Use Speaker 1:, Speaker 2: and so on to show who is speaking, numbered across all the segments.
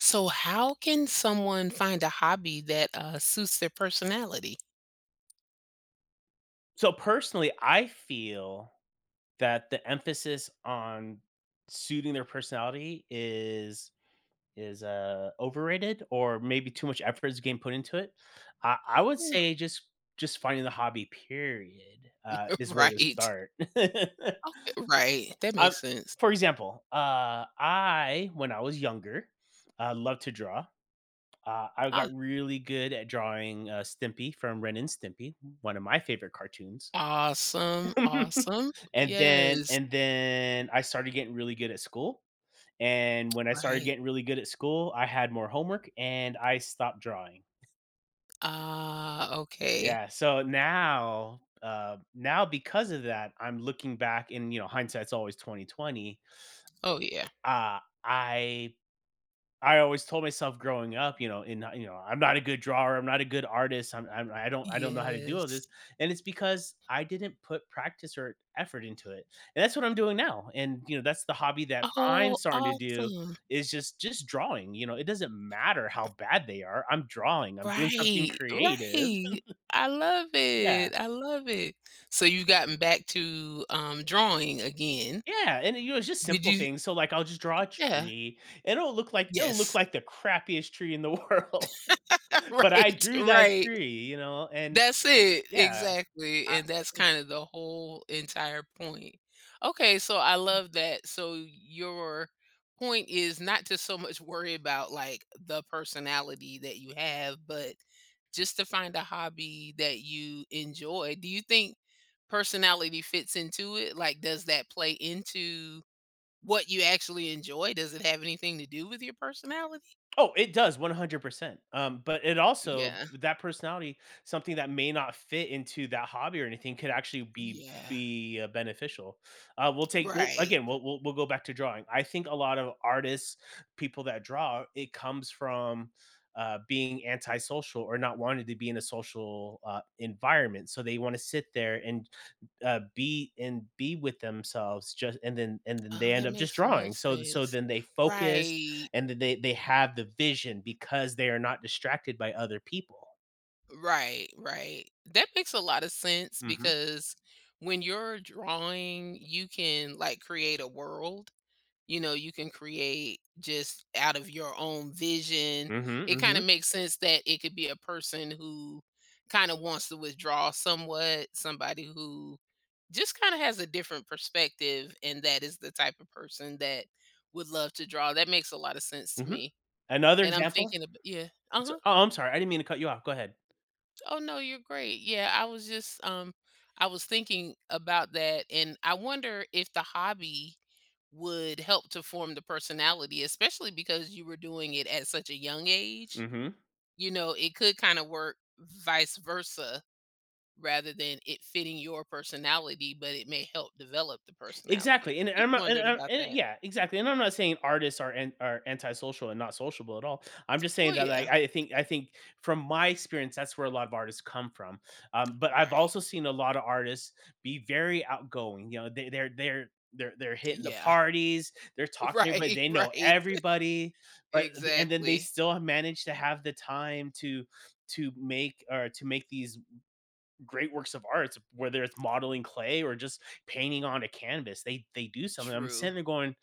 Speaker 1: So, how can someone find a hobby that suits their personality?
Speaker 2: So personally, I feel that the emphasis on suiting their personality is overrated or maybe too much effort is being put into it. I would say just finding the hobby period is where to
Speaker 1: Right.
Speaker 2: start.
Speaker 1: Okay. Right. That
Speaker 2: um,
Speaker 1: makes sense.
Speaker 2: for example, I when I was younger, loved to draw. I got
Speaker 1: Ah,
Speaker 2: really good at drawing Stimpy from Ren and Stimpy, one of my favorite cartoons.
Speaker 1: awesome. Awesome.
Speaker 2: And then
Speaker 1: Yes.
Speaker 2: and then I started getting really good at school, and when I started
Speaker 1: Right.
Speaker 2: getting really good at school, I had more homework and I stopped drawing.
Speaker 1: Ah, okay.
Speaker 2: Yeah, so now, now because of that, I'm looking back and, you know, hindsight's always 2020.
Speaker 1: Oh, yeah.
Speaker 2: Uh, I I always told myself growing up, you know, I'm not a good drawer, I'm not a good artist, I'm I don't know how to do all
Speaker 1: Yes.
Speaker 2: this, and it's because I didn't put practice or effort into it, and that's what I'm doing now, and you know, that's the hobby that I'm
Speaker 1: Oh,
Speaker 2: starting to do
Speaker 1: awesome.
Speaker 2: is just drawing. You know, it doesn't matter how bad they are, I'm drawing, I'm doing something
Speaker 1: Right.
Speaker 2: creative.
Speaker 1: Right. I love
Speaker 2: Yeah,
Speaker 1: it. I love it. So, you've gotten back to drawing again.
Speaker 2: yeah, and you know, it's just
Speaker 1: Did
Speaker 2: simple
Speaker 1: you?
Speaker 2: things. So like, I'll just draw a
Speaker 1: Yeah.
Speaker 2: tree, and it'll look like it'll look
Speaker 1: Yes.
Speaker 2: like the crappiest tree in the world, but I
Speaker 1: Right.
Speaker 2: drew that
Speaker 1: Right.
Speaker 2: tree, you know, and
Speaker 1: That's it,
Speaker 2: yeah.
Speaker 1: exactly,
Speaker 2: I
Speaker 1: and that's kinda the whole entire point. Okay, so I love that. So your point is not to so much worry about, like, the personality that you have, but just to find a hobby that you enjoy. Do you think personality fits into it? Like, does that play into what you actually enjoy? Does it have anything to do with your personality?
Speaker 2: oh, it does 100%. But it also
Speaker 1: Yeah,
Speaker 2: that personality, something that may not fit into that hobby or anything could actually be
Speaker 1: yeah,
Speaker 2: be, uh, beneficial. We'll take we'll
Speaker 1: right.
Speaker 2: again, we'll go back to drawing. I think a lot of artists, people that draw, it comes from, being antisocial or not wanting to be in a social, environment, so they wanna sit there and be with themselves just and then they
Speaker 1: Oh,
Speaker 2: end
Speaker 1: that
Speaker 2: up just
Speaker 1: makes so much
Speaker 2: drawing so
Speaker 1: sense.
Speaker 2: then they focus
Speaker 1: Right,
Speaker 2: and then they have the vision because they are not distracted by other people.
Speaker 1: right, right. That makes a lot of sense
Speaker 2: Mhm.
Speaker 1: because when you're drawing, you can like create a world. You know, you can create just out of your own vision.
Speaker 2: Mhm.
Speaker 1: It kind of
Speaker 2: Mhm.
Speaker 1: makes sense that it could be a person who kind of wants to withdraw somewhat, somebody who just kind of has a different perspective, and that is the type of person that would love to draw. That makes a lot of sense to
Speaker 2: Mhm.
Speaker 1: me.
Speaker 2: Another
Speaker 1: And I'm
Speaker 2: example
Speaker 1: thinking ab yeah.
Speaker 2: so,
Speaker 1: Uh-huh.
Speaker 2: oh I'm sorry I didn't mean to cut you off, go ahead.
Speaker 1: Oh, no, you're great. Yeah, I was just, I was thinking about that, and I wonder if the hobby would help to form the personality, especially because you were doing it at such a young age.
Speaker 2: Mhm.
Speaker 1: You know, it could kinda work vice versa rather than it fitting your personality, but it may help develop the personality.
Speaker 2: Exactly, and
Speaker 1: Just
Speaker 2: I'm not,
Speaker 1: wondering about
Speaker 2: and
Speaker 1: that.
Speaker 2: yeah, exactly, and I'm not saying artists are antisocial and not sociable at all. I'm just saying
Speaker 1: Well,
Speaker 2: that like
Speaker 1: yeah.
Speaker 2: I think from my experience that's where a lot of artists come from. But I've
Speaker 1: Right.
Speaker 2: also seen a lot of artists be very outgoing. You know, they're hitting the
Speaker 1: Yeah.
Speaker 2: parties, they're talking to everybody,
Speaker 1: Right,
Speaker 2: they know
Speaker 1: right.
Speaker 2: everybody, but and then they
Speaker 1: Exactly.
Speaker 2: still manage to have the time to make or to make these great works of art, whether it's modeling clay or just painting on a canvas. They do something. I'm
Speaker 1: True.
Speaker 2: sitting there going,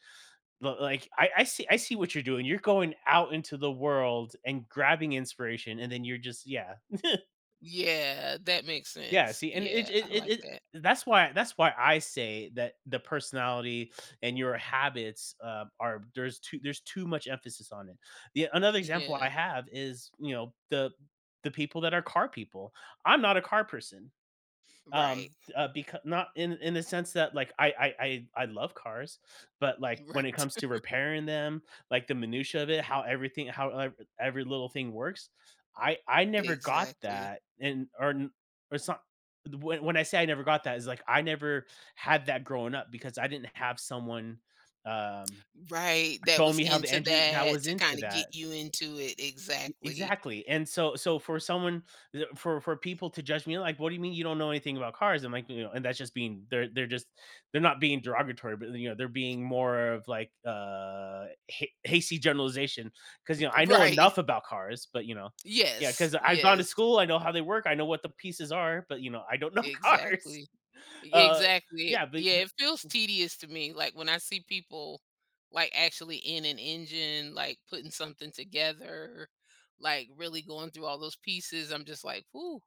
Speaker 2: Like I see what you're doing. You're going out into the world and grabbing inspiration, and then you're just yeah
Speaker 1: Yeah, that makes
Speaker 2: yeah.
Speaker 1: sense.
Speaker 2: See, and it
Speaker 1: Yeah,
Speaker 2: it
Speaker 1: I
Speaker 2: it.
Speaker 1: like
Speaker 2: it
Speaker 1: that.
Speaker 2: that's why I say that the personality and your habits are there's too much emphasis on it. Yeah, another example
Speaker 1: Yeah,
Speaker 2: I have is you know the people that are car people. I'm not a car person.
Speaker 1: right,
Speaker 2: Becau Not in in the sense that, like, I love cars, but, like, when it
Speaker 1: right.
Speaker 2: comes to repairing them, like, the minutia of it, how everything how ev every little thing works, I never got
Speaker 1: Exactly.
Speaker 2: that, and or n or so when I say I never got that is like, I never had that growing up because I didn't have someone, um,
Speaker 1: Right, that
Speaker 2: showing
Speaker 1: was
Speaker 2: me how the
Speaker 1: into
Speaker 2: engine that
Speaker 1: that
Speaker 2: was
Speaker 1: to
Speaker 2: into
Speaker 1: kinda get
Speaker 2: that.
Speaker 1: you into it,
Speaker 2: E
Speaker 1: exactly.
Speaker 2: exactly, and so for someone th for people to judge me, like, "What do you mean you don't know anything about cars?" I'm like, you know, and that's just being they're just they're not being derogatory, but, you know, they're being more of like, ha hasty generalization, 'cause, you know, I know
Speaker 1: Right.
Speaker 2: enough about cars, but, you know yeah, because
Speaker 1: Yes,
Speaker 2: 'cause I've gone to
Speaker 1: yes,
Speaker 2: school, I know how they work, I know what the pieces are, but, you know, I don't know cars.
Speaker 1: exactly.
Speaker 2: Uh,
Speaker 1: Exactly.
Speaker 2: yeah, but
Speaker 1: Yeah,
Speaker 2: but
Speaker 1: it feels tedious to me, like, when I see people, like, actually in an engine, like, putting something together, like, really going through all those pieces, I'm just like, "Ooh,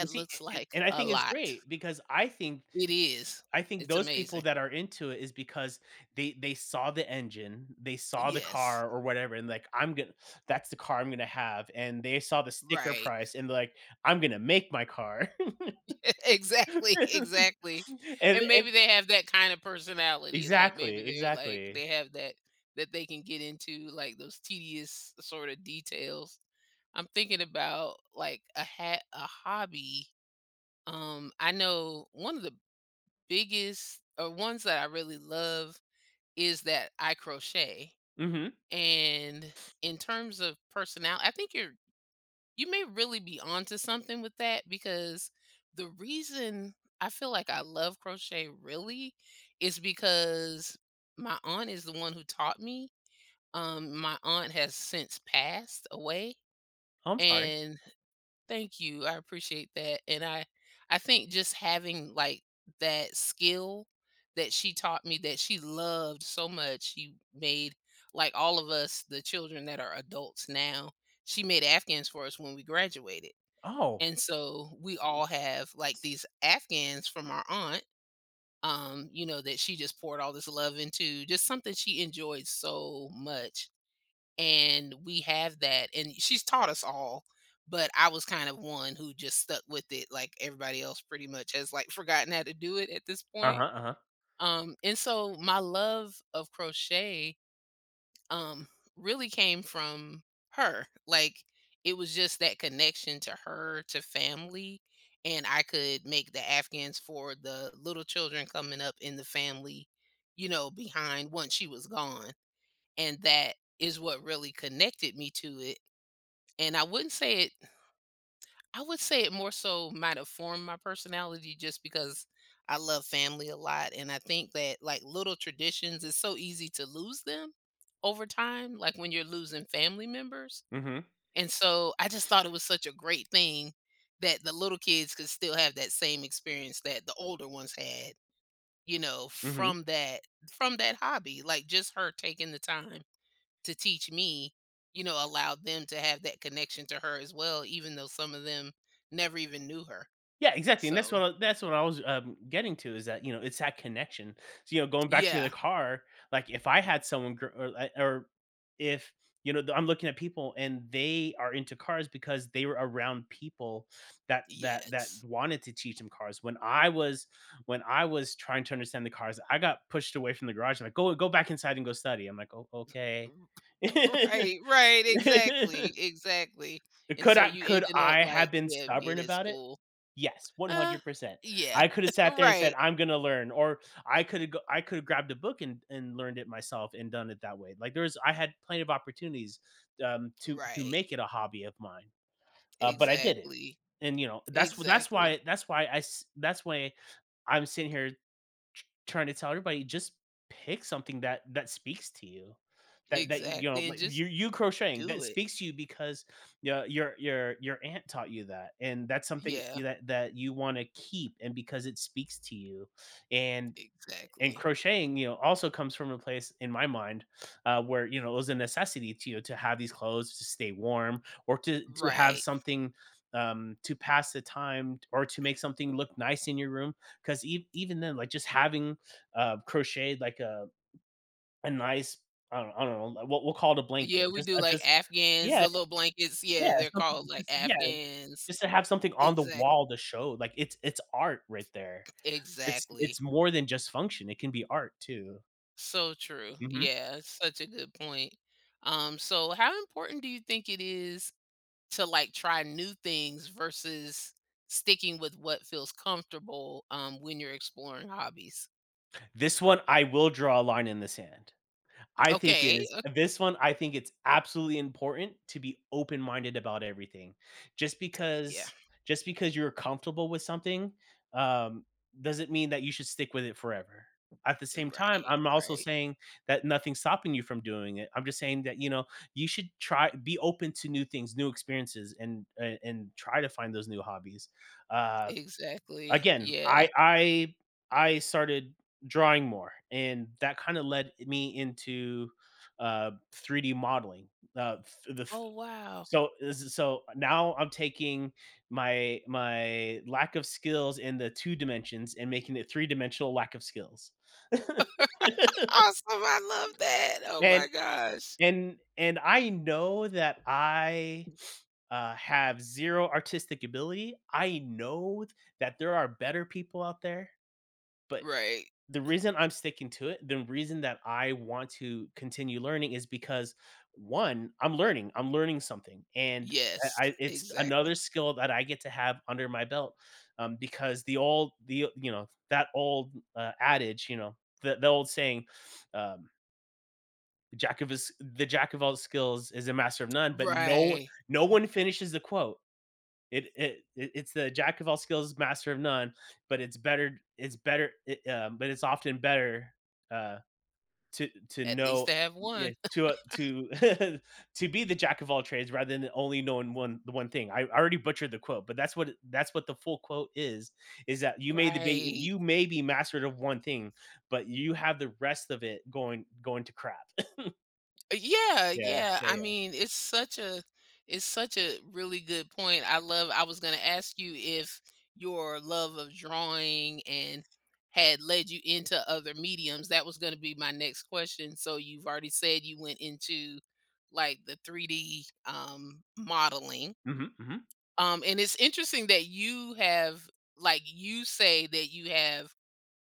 Speaker 2: but see,
Speaker 1: looks
Speaker 2: and
Speaker 1: like
Speaker 2: and I
Speaker 1: a
Speaker 2: think it's
Speaker 1: lot."
Speaker 2: great because I think
Speaker 1: It is.
Speaker 2: I think
Speaker 1: It's
Speaker 2: those people
Speaker 1: amazing.
Speaker 2: that are into it is because they saw the engine, they saw the
Speaker 1: Yes.
Speaker 2: car or whatever, and like I'm gonna that's the car I'm gonna have, and they saw the sticker
Speaker 1: Right.
Speaker 2: price and like I'm gonna make my car.
Speaker 1: Exactly, exactly. And maybe
Speaker 2: And
Speaker 1: they have that kind of personality, like, maybe
Speaker 2: exactly,
Speaker 1: they're, like
Speaker 2: exactly.
Speaker 1: they have that that they can get into, like, those tedious sort of details. I'm thinking about, like, a hobby. I know one of the biggest or ones that I really love is that I crochet,
Speaker 2: Mhm.
Speaker 1: and in terms of personality, I think you may really be onto something with that because the reason I feel like I love crochet really is because my aunt is the one who taught me. My aunt has since passed away,
Speaker 2: Oh, I'm sorry.
Speaker 1: and thank you, I appreciate that. I think just having like that skill that she taught me that she loved so much, she made like all of us, the children that are adults now, she made Afghans for us when we graduated,
Speaker 2: Oh.
Speaker 1: and so we all have like these Afghans from our aunt, you know, that she just poured all this love into, just something she enjoyed so much. And we have that. And she's taught us all, but I was kind of one who just stuck with it. Like everybody else pretty much has like forgotten how to do it at this
Speaker 2: Uh-huh.
Speaker 1: point.
Speaker 2: Uh-huh.
Speaker 1: And so my love of crochet um really came from her, like it was just that connection to her, to family, and I could make the Afghans for the little children coming up in the family, you know, behind once she was gone, and that is what really connected me to it, and I wouldn't say it I would say it more so might have formed my personality just because I love family a lot. And I think that like little traditions, it's so easy to lose them over time, like when you're losing family members.
Speaker 2: Mhm.
Speaker 1: And so I just thought it was such a great thing that the little kids could still have that same experience that the older ones had, you know,
Speaker 2: Mhm.
Speaker 1: from that hobby. Like just her taking the time to teach me, you know, allowed them to have that connection to her as well, even though some of them never even knew her.
Speaker 2: Yeah, exactly, and
Speaker 1: So,
Speaker 2: that's what I was, getting to is that, you know, it's that connection. So, you know, going back to the
Speaker 1: yeah,
Speaker 2: car, like, if I had someone gr or I or if, you know, I'm looking at people and they are into cars because they were around people that that
Speaker 1: yes.
Speaker 2: wanted to teach them cars. When I was trying to understand the cars, I got pushed away from the garage, like, Go back inside and go study." I'm like, "Oh, okay."
Speaker 1: Right, right, exactly, exactly. And so you
Speaker 2: Could
Speaker 1: ended up
Speaker 2: I have
Speaker 1: like,
Speaker 2: been
Speaker 1: yeah,
Speaker 2: stubborn
Speaker 1: being at
Speaker 2: about it?
Speaker 1: school.
Speaker 2: Yes,
Speaker 1: Uh,
Speaker 2: 100%.
Speaker 1: yeah,
Speaker 2: I coulda sat there and said,
Speaker 1: right,
Speaker 2: "I'm gonna learn," or I coulda grabbed a book and learned it myself and done it that way. Like, there's I had plenty of opportunities, to
Speaker 1: right,
Speaker 2: make it a hobby of mine, but I did it.
Speaker 1: exactly,
Speaker 2: And, you know, that's wh
Speaker 1: exactly,
Speaker 2: that's why I s that's why I'm sitting here trying to tell everybody, just pick something that that speaks to you. That that you know,
Speaker 1: exactly. And
Speaker 2: like
Speaker 1: just
Speaker 2: you crocheting that
Speaker 1: do it.
Speaker 2: speaks to you because yeah, your aunt taught you that, and that's something
Speaker 1: Yeah,
Speaker 2: that that you want to keep, and because it speaks to you, and and
Speaker 1: exactly.
Speaker 2: crocheting, you know, also comes from a place in my mind where you know it was a necessity to you to have these clothes to stay warm or to have
Speaker 1: Right.
Speaker 2: something to pass the time or to make something look nice in your room because even then like just having crocheted like a nice I don't know like, what we'll call it a blanket
Speaker 1: Yeah, we do, like,
Speaker 2: just
Speaker 1: Afghans,
Speaker 2: yeah
Speaker 1: the little blankets.
Speaker 2: yeah
Speaker 1: Yeah, they're called,
Speaker 2: something
Speaker 1: like,
Speaker 2: just yeah
Speaker 1: Afghans.
Speaker 2: just to have something on the
Speaker 1: Exactly,
Speaker 2: wall to show like it's art right there. it's
Speaker 1: exactly.
Speaker 2: it's more than just function, it can be art too.
Speaker 1: So true.
Speaker 2: Mm-hmm.
Speaker 1: Yeah, it's such a good point. So how important do you think it is to, like, try new things versus sticking with what feels comfortable, when you're exploring hobbies?
Speaker 2: This one, I will draw a line in the sand.
Speaker 1: Okay, o
Speaker 2: I think it's absolutely important to be open-minded about everything. Just
Speaker 1: yeah.
Speaker 2: because just because you're comfortable with something, um, doesn't mean that you should stick with it forever. At the same time,
Speaker 1: Right,
Speaker 2: I'm also
Speaker 1: right.
Speaker 2: saying that nothing's stopping you from doing it. I'm just saying that, you know, you should try be open to new things, new experiences, and try to find those new hobbies. Uh
Speaker 1: Exactly.
Speaker 2: Again,
Speaker 1: Yeah.
Speaker 2: I started drawing more, and that kinda led me into, 3D modeling, f the f
Speaker 1: Oh, wow.
Speaker 2: so s so now I'm taking my lack of skills in the 2 dimensions and making it three-dimensional lack of skills.
Speaker 1: Awesome, I love that. Oh
Speaker 2: And
Speaker 1: my gosh.
Speaker 2: and I know that I have 0 artistic ability. I know that there are better people out there, but
Speaker 1: Right.
Speaker 2: the reason I'm sticking to it, the reason that I want to continue learning is because one, I'm learning. I'm learning something, and
Speaker 1: Yes,
Speaker 2: it's
Speaker 1: exactly.
Speaker 2: another skill that I get to have under my belt. Because the you know that old adage, you know, the old saying, um, "Jack of his, the jack of all skills is a master of none," but no
Speaker 1: Right.
Speaker 2: no one finishes the quote. It it it's the jack of all skills, master of none. But it's better. It's better. But it's often better uh, to
Speaker 1: At least
Speaker 2: know
Speaker 1: they have
Speaker 2: yeah,
Speaker 1: one.
Speaker 2: to to be the jack of all trades rather than only knowing one the one thing. I already butchered the quote, but that's what the full quote is that you may debate,
Speaker 1: Right.
Speaker 2: you may be mastered of one thing, but you have the rest of it going to crap.
Speaker 1: Yeah,
Speaker 2: Yeah,
Speaker 1: yeah.
Speaker 2: yeah,
Speaker 1: I
Speaker 2: yeah.
Speaker 1: mean, it's such a really good point. I love I was gonna ask you if your love of drawing and had led you into other mediums. That was gonna be my next question. So you've already said you went into like the 3D modeling.
Speaker 2: Hmm. Hmm.
Speaker 1: And it's interesting that you have like you say that you have,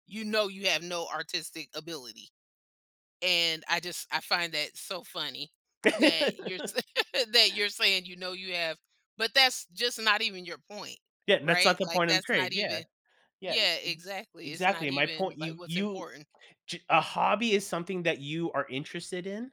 Speaker 1: you know, you have no artistic ability. And I just I find that so funny that you're that you're saying you know you have, but that's just not even your point,
Speaker 2: Yeah, and that's not
Speaker 1: right?
Speaker 2: the
Speaker 1: Like
Speaker 2: point I'm
Speaker 1: that's
Speaker 2: trying.
Speaker 1: not
Speaker 2: Yeah.
Speaker 1: even
Speaker 2: Yeah,
Speaker 1: yeah,
Speaker 2: ex
Speaker 1: exactly. It's not
Speaker 2: exactly, my
Speaker 1: even
Speaker 2: point
Speaker 1: like
Speaker 2: you
Speaker 1: what's
Speaker 2: you
Speaker 1: important.
Speaker 2: j a hobby is something that you are interested in,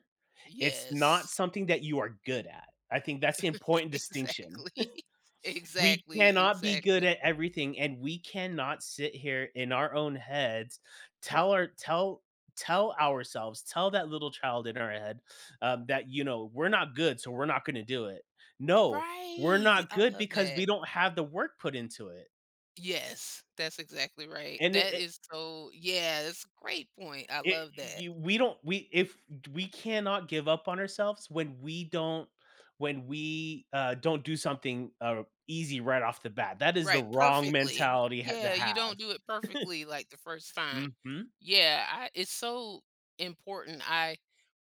Speaker 2: it's not
Speaker 1: Yes.
Speaker 2: something that you are good at. I think that's the important distinction.
Speaker 1: Exactly.
Speaker 2: We
Speaker 1: Exactly.
Speaker 2: cannot be good
Speaker 1: Exactly.
Speaker 2: at everything, and we cannot sit here in our own heads, tell our tell tell ourselves, tell that little child in our head, that, you know, "We're not good, so we're not gonna do it." No, we're
Speaker 1: Right.
Speaker 2: not
Speaker 1: I
Speaker 2: good
Speaker 1: love
Speaker 2: because we
Speaker 1: that.
Speaker 2: don't have the work put into it,
Speaker 1: Yes, that's exactly right.
Speaker 2: and
Speaker 1: That
Speaker 2: it
Speaker 1: is so yeah, that's a great point. I
Speaker 2: It
Speaker 1: love that.
Speaker 2: you we don't we if we cannot give up on ourselves when we, don't do something, easy right off the bat. That is the
Speaker 1: Right,
Speaker 2: wrong
Speaker 1: perfectly.
Speaker 2: mentality ha to
Speaker 1: Yeah, you don't
Speaker 2: have.
Speaker 1: do it perfectly like the first time.
Speaker 2: Mhm.
Speaker 1: Yeah, I it's so important. I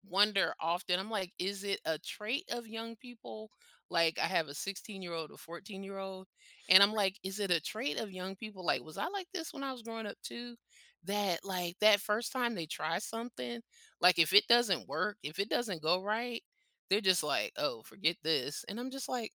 Speaker 1: wonder often, I'm like, is it a trait of young people? Like, I have a 16-year-old, a 14-year-old, and I'm like, is it a trait of young people? Like, was I like this when I was growing up too? That, like, that first time they try something, like, if it doesn't work, if it doesn't go right, they're just like, oh, forget this. And I'm just like,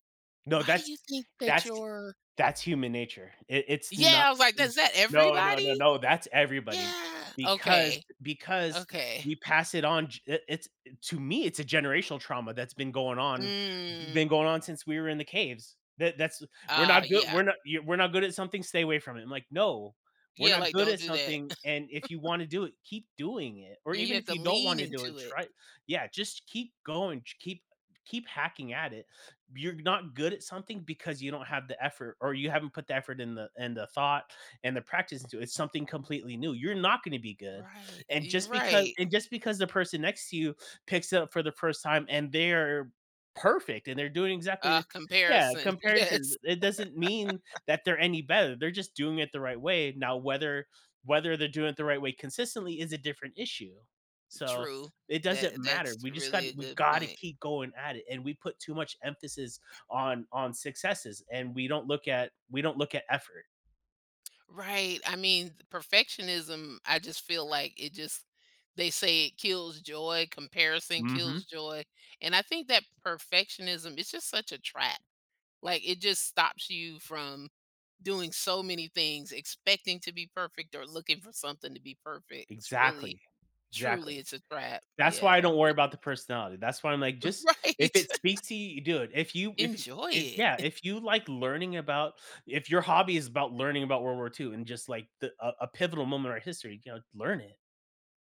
Speaker 2: No,
Speaker 1: why do you think that
Speaker 2: that's
Speaker 1: your
Speaker 2: that's human nature. It it's
Speaker 1: yeah,
Speaker 2: not
Speaker 1: I was like,
Speaker 2: mm,
Speaker 1: "Is that
Speaker 2: no, no, no,
Speaker 1: everybody?"
Speaker 2: no, That's everybody
Speaker 1: Yeah. Okay,
Speaker 2: because
Speaker 1: okay.
Speaker 2: we pass it on g it it's to me, it's a generational trauma that's been going on
Speaker 1: Mm,
Speaker 2: since we were in the caves. That that's We're not
Speaker 1: ah,
Speaker 2: good
Speaker 1: yeah.
Speaker 2: we're not good at something, stay away from it. I'm like, "No, we're
Speaker 1: Yeah,
Speaker 2: not
Speaker 1: like,
Speaker 2: good
Speaker 1: don't
Speaker 2: at
Speaker 1: do that.
Speaker 2: something, and if you wanna do it, keep doing it, or
Speaker 1: Yeah, you
Speaker 2: even
Speaker 1: have
Speaker 2: if
Speaker 1: to
Speaker 2: you don't
Speaker 1: lean
Speaker 2: wanna do it,
Speaker 1: into it.
Speaker 2: try." Yeah, just keep going, j keep keep hacking at it. You're not good at something because you don't have the effort or you haven't put the effort in the thought and the practice into it. It's something completely new. You're not going to be good.
Speaker 1: Right,
Speaker 2: And
Speaker 1: y
Speaker 2: just because
Speaker 1: right.
Speaker 2: and just because the person next to you picks it up for the first time and they're perfect and they're doing yeah,
Speaker 1: Comparison.
Speaker 2: compared to
Speaker 1: Yes,
Speaker 2: it doesn't mean that they're any better. They're just doing it the right way. Now whether they're doing it the right way consistently is a different issue. So
Speaker 1: true.
Speaker 2: it doesn't
Speaker 1: That
Speaker 2: matter.
Speaker 1: that's
Speaker 2: We just got
Speaker 1: really a
Speaker 2: we
Speaker 1: good
Speaker 2: got to
Speaker 1: point.
Speaker 2: keep going at it, and we put too much emphasis on successes, and we don't look at effort.
Speaker 1: Right, I mean, perfectionism, I just feel like it just they say it kills joy, comparison
Speaker 2: Mhm.
Speaker 1: kills joy, and I think that perfectionism is just such a trap. Like, it just stops you from doing so many things, expecting to be perfect or looking for something to be perfect. It's really,
Speaker 2: Exactly. Exactly.
Speaker 1: truly, it's a trap.
Speaker 2: That's why I
Speaker 1: Yeah,
Speaker 2: don't worry
Speaker 1: it
Speaker 2: about the personality. That's why I'm like, just if
Speaker 1: Right.
Speaker 2: it speaks to you, do it. If you if
Speaker 1: Enjoy
Speaker 2: yeah,
Speaker 1: it.
Speaker 2: if you like learning about if your hobby is about learning about World War II and just like a pivotal moment in our history, you know, learn it.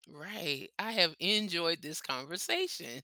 Speaker 1: Right. I have enjoyed this conversation.